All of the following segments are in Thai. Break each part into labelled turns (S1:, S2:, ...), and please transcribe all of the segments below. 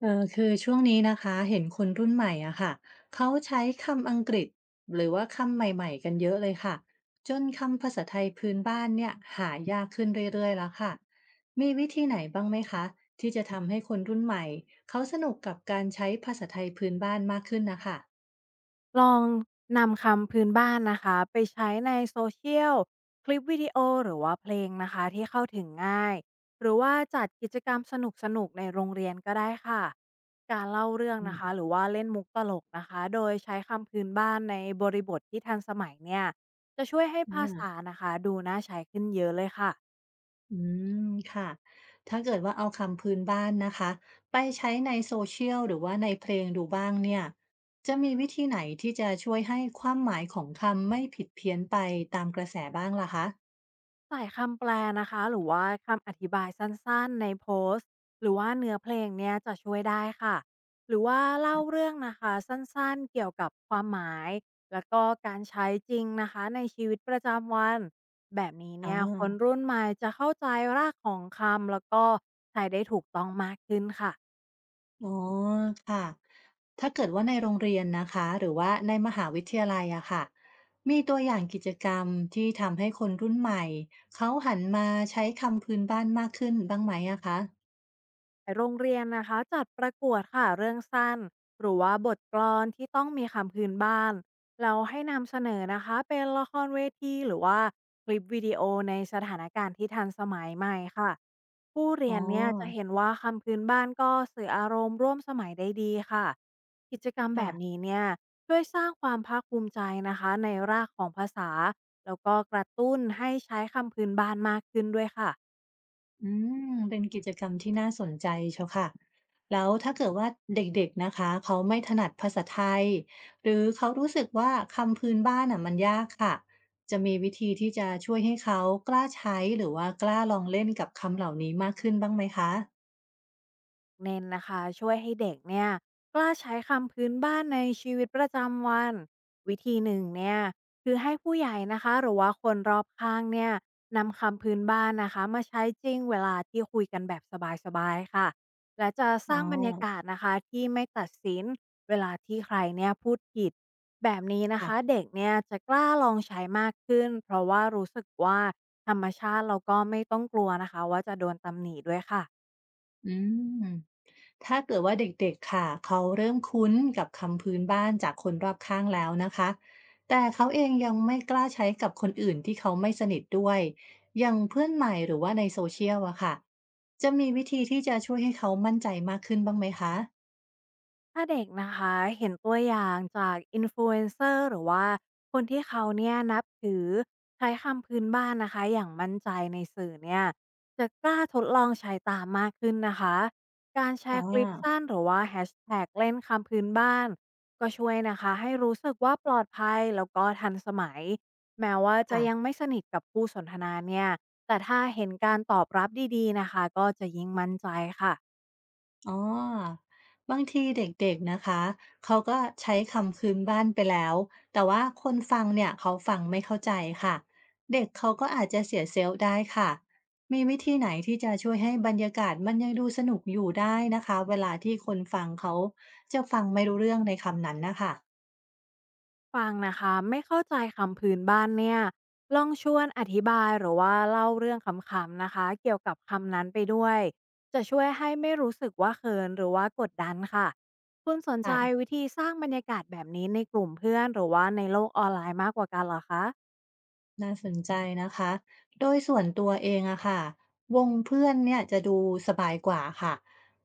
S1: เออคือช่วงนี้นะคะเห็นคนรุ่นใหม่อะค่ะเขาใช้คำอังกฤษหรือว่าคำใหม่ๆกันเยอะเลยค่ะจนคำภาษาไทยพื้นบ้านเนี่ยหายากขึ้นเรื่อยๆแล้วค่ะมีวิธีไหนบ้างไหมคะที่จะทำให้คนรุ่นใหม่เขาสนุกกับการใช้ภาษาไทยพื้นบ้านมากขึ้นนะค่ะ
S2: ลองนำคำพื้นบ้านนะคะไปใช้ในโซเชียลคลิปวิดีโอหรือว่าเพลงนะคะที่เข้าถึงง่ายหรือว่าจัดกิจกรรมสนุกๆในโรงเรียนก็ได้ค่ะการเล่าเรื่อง
S1: อื
S2: นะคะหรื
S1: ม
S2: อว่าเล่นมุกตลกนะคะโดยใช้คำพื้นบ้านในบริบทที่ทันสมัยเนี่ยจะช่วยให้
S1: อ
S2: ภา
S1: า
S2: ษานะคะดูน่าใช้ขึ้นเยอะเลยค่ะ
S1: อืมค่ะถ้าเกิดว่าเอาคำพื้นบ้านนะคะไปใช้ในโซเชียลหรือว่าในเพลงดูบ้างเนี่ยจะมีวิธีไหนที่จะช่วยให้ความหมายของคำไม่ผิดเพี้ยนไปตามกระแสบ้างล่ะคะ
S2: สายคำแปลนะคะหรือว่าคำอธิบายสั้นๆในโพสต์หรือว่าเนื้อเพลงเนี่ยจะช่วยได้ค่ะหรือว่าเล่าเรื่องนะคะสั้นๆเกี่ยวกับความหมายแล้วก็การใช้จริงนะคะในชีวิตประจำวันแบบนี้
S1: อา
S2: เนี่ยคนรุ่นใหม่จะเข้าใจรากของคำแล้วก็ใช้ได้ถูกต้องมากขึ้นค่ะ
S1: อ๋อค่ะถ้าเกิดว่าในโรงเรียนนะคะหรือว่าในมหาวิทยาลัยอะค่ะมีตัวอย่างกิจกรรมที่ทำให้คนรุ่นใหม่เขาหันมาใช้คำพื้นบ้านมากขึ้นบ้างไหมอะคะ
S2: โรงเรียนนะคะจัดประกวดค่ะเรื่องสั้นหรือว่าบทกลอนที่ต้องมีคำพื้นบ้านเราให้นำเสนอนะคะเป็นละครเวทีหรือว่าคลิปวิดีโอในสถานการณ์ที่ทันสมัยใหม่ค่ะผู้
S1: อ๋อ
S2: เรียนเนี่ยจะเห็นว่าคำพื้นบ้านก็สื่ออารมณ์ร่วมสมัยได้ดีค่ะกิจกรรมแบ
S1: ค่ะ
S2: บนี้เนี่ยช่วยสร้างความภาคภูมิใจนะคะในรากของภาษาแล้วก็กระตุ้นให้ใช้คำพื้นบ้านมากขึ้นด้วยค่ะ
S1: อืม เป็นกิจกรรมที่น่าสนใจเชียวค่ะ แล้วถ้าเกิดว่าเด็กๆนะคะเขาไม่ถนัดภาษาไทยหรือเขารู้สึกว่าคำพื้นบ้านอ่ะมันยากค่ะ จะมีวิธีที่จะช่วยให้เขากล้าใช้หรือว่ากล้าลองเล่นกับคำเหล่านี้มากขึ้นบ้างไหมคะ
S2: เน้นนะคะช่วยให้เด็กเนี่ยกล้าใช้คำพื้นบ้านในชีวิตประจำวันวิธีหนึ่งเนี่ยคือให้ผู้ใหญ่นะคะหรือว่าคนรอบข้างเนี่ยนำคำพื้นบ้านนะคะมาใช้จริงเวลาที่คุยกันแบบสบายๆค่ะและจะส
S1: อ๋อ
S2: ร้างบรรยากาศนะคะที่ไม่ตัดสินเวลาที่ใครเนี่ยพูดผิดแบบนี้นะคะ
S1: ค่ะ
S2: เด็กเนี่ยจะกล้าลองใช้มากขึ้นเพราะว่ารู้สึกว่าธรรมชาติเราก็ไม่ต้องกลัวนะคะว่าจะโดนตำหนิด้วยค่ะ
S1: อืม ถ้าเกิดว่าเด็กๆ ค่ะเขาเริ่มคุ้นกับคำพื้นบ้านจากคนรอบข้างแล้วนะคะแต่เขาเองยังไม่กล้าใช้กับคนอื่นที่เขาไม่สนิทด้วยอย่างเพื่อนใหม่หรือว่าในโซเชียลอะค่ะจะมีวิธีที่จะช่วยให้เขามั่นใจมากขึ้นบ้างไหมคะ
S2: ถ้าเด็กนะคะเห็นตัวอย่างจากอินฟลูเอนเซอร์หรือว่าคนที่เขาเนี่ยนับถือใช้คำพื้นบ้านนะคะอย่างมั่นใจในสื่อเนี่ยจะกล้าทดลองใช้ตามมากขึ้นนะคะการแช
S1: อ่า
S2: ร์คลิปสั้นหรือว่าแฮชแท็กเล่นคำพื้นบ้านก็ช่วยนะคะให้รู้สึกว่าปลอดภัยแล้วก็ทันสมัยแม้ว่าจะยัง
S1: ค่ะ
S2: ไม่สนิทกับผู้สนทนาเนี่ยแต่ถ้าเห็นการตอบรับดีๆนะคะก็จะยิ่งมั่นใจค่ะ
S1: อ๋อบางทีเด็กๆนะคะ เขาก็ใช้คำพื้นบ้านไปแล้ว แต่ว่าคนฟังเนี่ยเขาฟังไม่เข้าใจค่ะ เด็กเขาก็อาจจะเสียเซลล์ได้ค่ะ มีวิธีไหนที่จะช่วยให้บรรยากาศมันยังดูสนุกอยู่ได้นะคะเวลาที่คนฟังเขาจะฟังไม่รู้เรื่องในคำนั้นนะคะ
S2: ฟังนะคะไม่เข้าใจคำพื้นบ้านเนี่ยลองชวนอธิบายหรือว่าเล่าเรื่องขำๆนะคะเกี่ยวกับคำนั้นไปด้วยจะช่วยให้ไม่รู้สึกว่าเขินหรือว่ากดดันค่ะคุณสนใจ
S1: ค่ะ
S2: วิธีสร้างบรรยากาศแบบนี้ในกลุ่มเพื่อนหรือว่าในโลกออนไลน์มากกว่ากันเหรอคะ
S1: น่าสนใจนะคะ โดยส่วนตัวเองอะค่ะ วงเพื่อนเนี่ยจะดูสบายกว่าค่ะ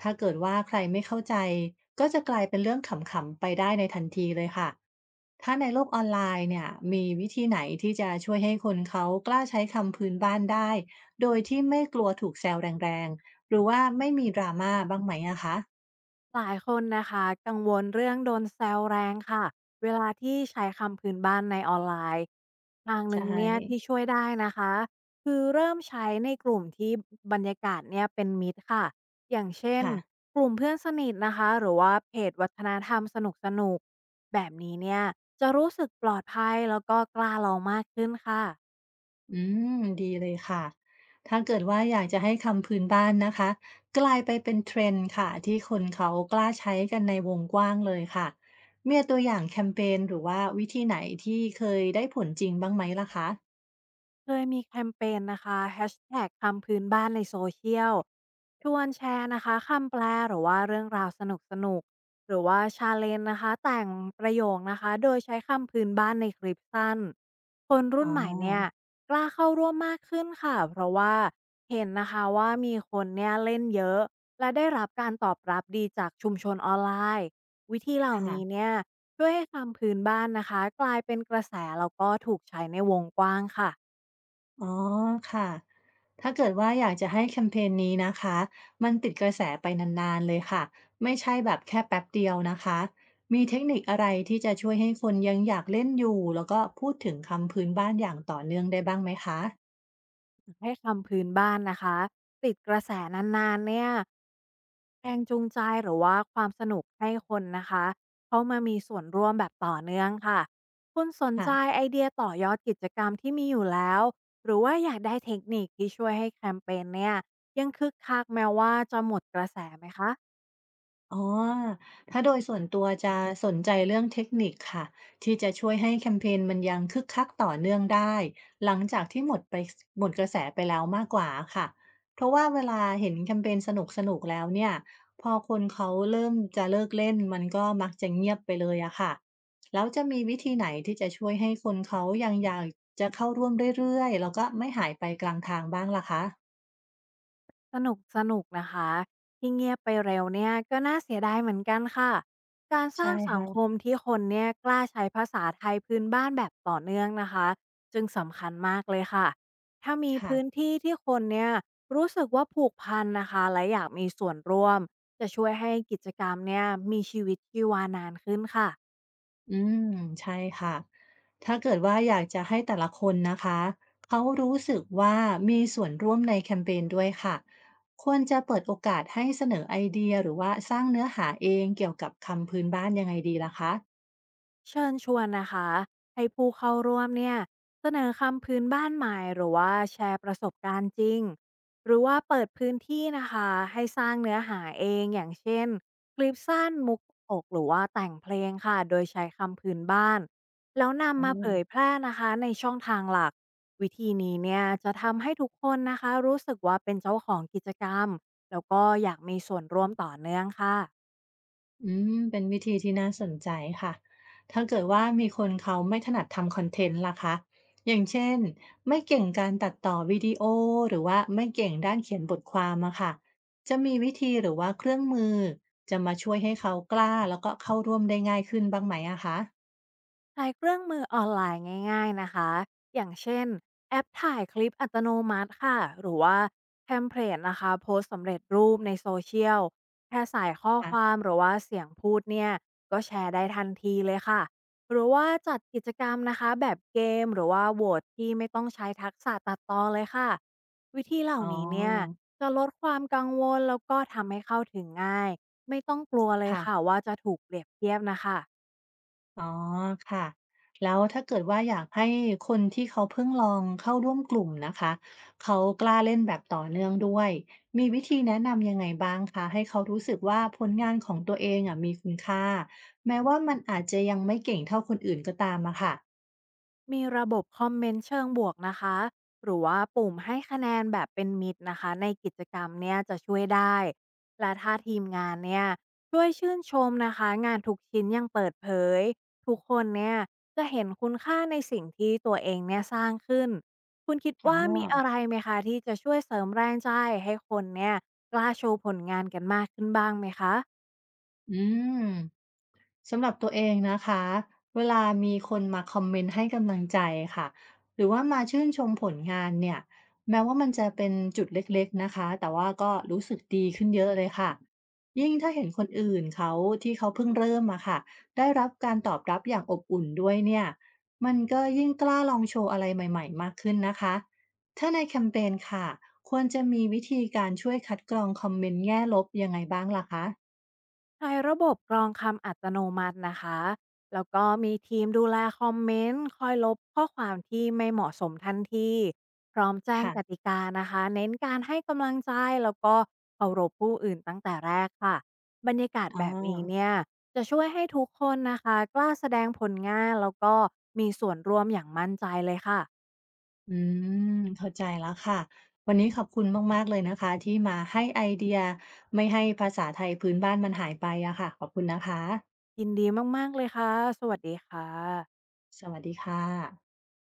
S1: ถ้าเกิดว่าใครไม่เข้าใจ ก็จะกลายเป็นเรื่องขำๆไปได้ในทันทีเลยค่ะ ถ้าในโลกออนไลน์เนี่ยมีวิธีไหนที่จะช่วยให้คนเขากล้าใช้คำพื้นบ้านได้ โดยที่ไม่กลัวถูกแซวแรงๆ หรือว่าไม่มีดราม่าบ้างไหมอะคะ
S2: หลายคนนะคะกังวลเรื่องโดนแซวแรงค่ะเวลาที่ใช้คำพื้นบ้านในออนไลน์ทางห
S1: ใช่
S2: นึ่งเนี่ยที่ช่วยได้นะคะคือเริ่มใช้ในกลุ่มที่บรรยากาศเนี่ยเป็นมิตรค่ะอย่างเช่น
S1: ค่ะ
S2: กลุ่มเพื่อนสนิทนะคะหรือว่าเพจวัฒนธรรมสนุกสนุกแบบนี้เนี่ยจะรู้สึกปลอดภัยแล้วก็กล้าลองมากขึ้นค่ะ
S1: อืมดีเลยค่ะถ้าเกิดว่าอยากจะให้คำพื้นบ้านนะคะกลายไปเป็นเทรนด์ค่ะที่คนเขากล้าใช้กันในวงกว้างเลยค่ะมีตัวอย่างแคมเปญหรือว่าวิธีไหนที่เคยได้ผลจริงบ้างไหมล่ะคะ
S2: เคยมีแคมเปญนะคะ h a h t คำพื้นบ้านในโซเชียลชวนแชร์นะคะคำแปลหรือว่าเรื่องราวสนุกสนุกหรือว่าชาเลนนะคะแต่งประโยคนะคะโดยใช้คำพื้นบ้านในคลิปสั้นคน
S1: อ๋
S2: รุ่
S1: อ
S2: นใหม่เนี่ยกล้าเข้าร่วมมากขึ้นค่ะเพราะว่าเห็นนะคะว่ามีคนเนี่ยเล่นเยอะและได้รับการตอบรับดีจากชุมชนออนไลน์วิธีเหล่านี้
S1: ค่ะ
S2: เนี่ยช่วยให้คำพื้นบ้านนะคะกลายเป็นกระแสแล้วก็ถูกใช้ในวงกว้างค่ะ
S1: อ๋อค่ะ ถ้าเกิดว่าอยากจะให้แคมเปญนี้นะคะ มันติดกระแสไปนานๆเลยค่ะ ไม่ใช่แบบแค่แป๊บเดียวนะคะ มีเทคนิคอะไรที่จะช่วยให้คนยังอยากเล่นอยู่แล้วก็พูดถึงคำพื้นบ้านอย่างต่อเนื่องได้บ้างไหมคะ
S2: ให้คำพื้นบ้านนะคะติดกระแสนานๆเนี่ยแรงจูงใจหรือว่าความสนุกให้คนนะคะเขามามีส่วนร่วมแบบต่อเนื่องค่ะคุณสน
S1: ค่ะ
S2: ใจไอเดียต่อยอดกิจกรรมที่มีอยู่แล้วหรือว่าอยากได้เทคนิคที่ช่วยให้แคมเปญเนี่ยยังคึกคักแม้ว่าจะหมดกระแสไหมคะ
S1: อ๋อถ้าโดยส่วนตัวจะสนใจเรื่องเทคนิคค่ะที่จะช่วยให้แคมเปญมันยังคึกคักต่อเนื่องได้หลังจากที่หมดไปหมดกระแสไปแล้วมากกว่าค่ะเพราะว่าเวลาเห็นแคมเปญสนุกๆแล้วเนี่ยพอคนเขาเริ่มจะเลิกเล่นมันก็มักจะเงียบไปเลยอะค่ะแล้วจะมีวิธีไหนที่จะช่วยให้คนเขายังอยากจะเข้าร่วมเรื่อยๆแล้วก็ไม่หายไปกลางทางบ้างล่ะคะ
S2: สนุกสนุกนะคะที่เงียบไปเร็วเนี่ยก็น่าเสียดายเหมือนกันค่ะการส
S1: ใช่
S2: ร้างสังค
S1: ค่ะ
S2: มที่คนเนี่ยกล้าใช้ภาษาไทยพื้นบ้านแบบต่อเนื่องนะคะจึงสำคัญมากเลยค่ะถ้ามีพื้น
S1: ค่ะ
S2: ที่ที่คนเนี่ยรู้สึกว่าผูกพันนะคะและอยากมีส่วนร่วมจะช่วยให้กิจกรรมเนี่ยมีชีวิตชีวานานขึ้นค่ะ
S1: อืมใช่ค่ะถ้าเกิดว่าอยากจะให้แต่ละคนนะคะเขารู้สึกว่ามีส่วนร่วมในแคมเปญด้วยค่ะควรจะเปิดโอกาสให้เสนอไอเดียหรือว่าสร้างเนื้อหาเองเกี่ยวกับคำพื้นบ้านยังไงดีล่ะคะ
S2: เชิญชวนนะคะให้ผู้เข้าร่วมเนี่ยเสนอคำพื้นบ้านใหม่หรือว่าแชร์ประสบการณ์จริงหรือว่าเปิดพื้นที่นะคะให้สร้างเนื้อหาเองอย่างเช่นคลิปสั้นมุกอกหรือว่าแต่งเพลงค่ะโดยใช้คำพื้นบ้านแล้ว
S1: อื
S2: นำมาเผ
S1: ม
S2: ยแพร่นะคะในช่องทางหลักวิธีนี้เนี่ยจะทำให้ทุกคนนะคะรู้สึกว่าเป็นเจ้าของกิจกรรมแล้วก็อยากมีส่วนร่วมต่อเนื่องค่ะ
S1: อืมเป็นวิธีที่น่าสนใจค่ะ ถ้าเกิดว่ามีคนเขาไม่ถนัดทำคอนเทนต์ล่ะคะ อย่างเช่นไม่เก่งการตัดต่อวิดีโอหรือว่าไม่เก่งด้านเขียนบทความอะค่ะจะมีวิธีหรือว่าเครื่องมือจะมาช่วยให้เขากล้าแล้วก็เข้าร่วมได้ง่ายขึ้นบ้างไหมอะคะ
S2: ใช้เครื่องมือออนไลน์ง่ายๆนะคะ อย่างเช่นแอปถ่ายคลิปอัตโนมัติค่ะหรือว่าเทมเพลตนะคะโพสต์สำเร็จรูปในโซเชียล แค่ใส่ข้อ
S1: ค่ะ
S2: ความหรือว่าเสียงพูดเนี่ยก็แชร์ได้ทันทีเลยค่ะหรือว่าจัดกิจกรรมนะคะแบบเกมหรือว่าโหวตที่ไม่ต้องใช้ทักษะตัดต่อเลยค่ะวิธีเหล่า
S1: อ๋อ
S2: นี้เนี่ยจะลดความกังวลแล้วก็ทำให้เข้าถึงง่ายไม่ต้องกลัวเลย
S1: ค่ะ
S2: ค่ะว่าจะถูกเปรียบเทียบนะคะ
S1: อ๋อค่ะแล้วถ้าเกิดว่าอยากให้คนที่เขาเพิ่งลองเข้าร่วมกลุ่มนะคะเขากล้าเล่นแบบต่อเนื่องด้วยมีวิธีแนะนำยังไงบ้างคะให้เขารู้สึกว่าผลงานของตัวเองอะมีคุณค่าแม้ว่ามันอาจจะยังไม่เก่งเท่าคนอื่นก็ตามอะค่ะ
S2: มีระบบคอมเมนต์เชิงบวกนะคะหรือว่าปุ่มให้คะแนนแบบเป็นมิตรนะคะในกิจกรรมเนี่ยจะช่วยได้และถ้าทีมงานเนี่ยช่วยชื่นชมนะคะงานทุกชิ้นอยังเปิดเผยทุกคนเนี่ยจะเห็นคุณค่าในสิ่งที่ตัวเองเนี่ยสร้างขึ้นคุณคิด
S1: อ๋อ
S2: ว่ามีอะไรไหมคะที่จะช่วยเสริมแรงใจให้คนเนี่ยกล้าโชว์ผลงานกันมากขึ้นบ้างไหมคะ
S1: อืม สำหรับตัวเองนะคะเวลามีคนมาคอมเมนต์ให้กำลังใจค่ะหรือว่ามาชื่นชมผลงานเนี่ยแม้ว่ามันจะเป็นจุดเล็กๆนะคะแต่ว่าก็รู้สึกดีขึ้นเยอะเลยค่ะยิ่งถ้าเห็นคนอื่นเขาที่เขาเพิ่งเริ่มอะค่ะได้รับการตอบรับอย่างอบอุ่นด้วยเนี่ยมันก็ยิ่งกล้าลองโชว์อะไรใหม่ๆมากขึ้นนะคะถ้าในแคมเปญค่ะควรจะมีวิธีการช่วยคัดกรองคอมเมนต์แง่ลบยังไงบ้างล่ะคะ
S2: ใช้ระบบกรองคำอัตโนมัตินะคะแล้วก็มีทีมดูแลคอมเมนต์คอยลบข้อความที่ไม่เหมาะสมทันทีพร้อมแจ้ง
S1: ค่ะ
S2: กติกานะคะเน้นการให้กำลังใจแล้วก็เคารพผู้อื่นตั้งแต่แรกค่ะบรรยากาศ
S1: อ๋อ
S2: แบบนี้เนี่ยจะช่วยให้ทุกคนนะคะกล้าแสดงผลงานแล้วก็มีส่วนร่วมอย่างมั่นใจเลยค่ะ
S1: อืมเข้าใจแล้วค่ะวันนี้ขอบคุณมากๆเลยนะคะที่มาให้ไอเดียไม่ให้ภาษาไทยพื้นบ้านมันหายไปอะค่ะขอบคุณนะคะ
S2: ยินดีมากๆเลยค่ะสวัสดีค่ะ
S1: สวัสดีค่ะ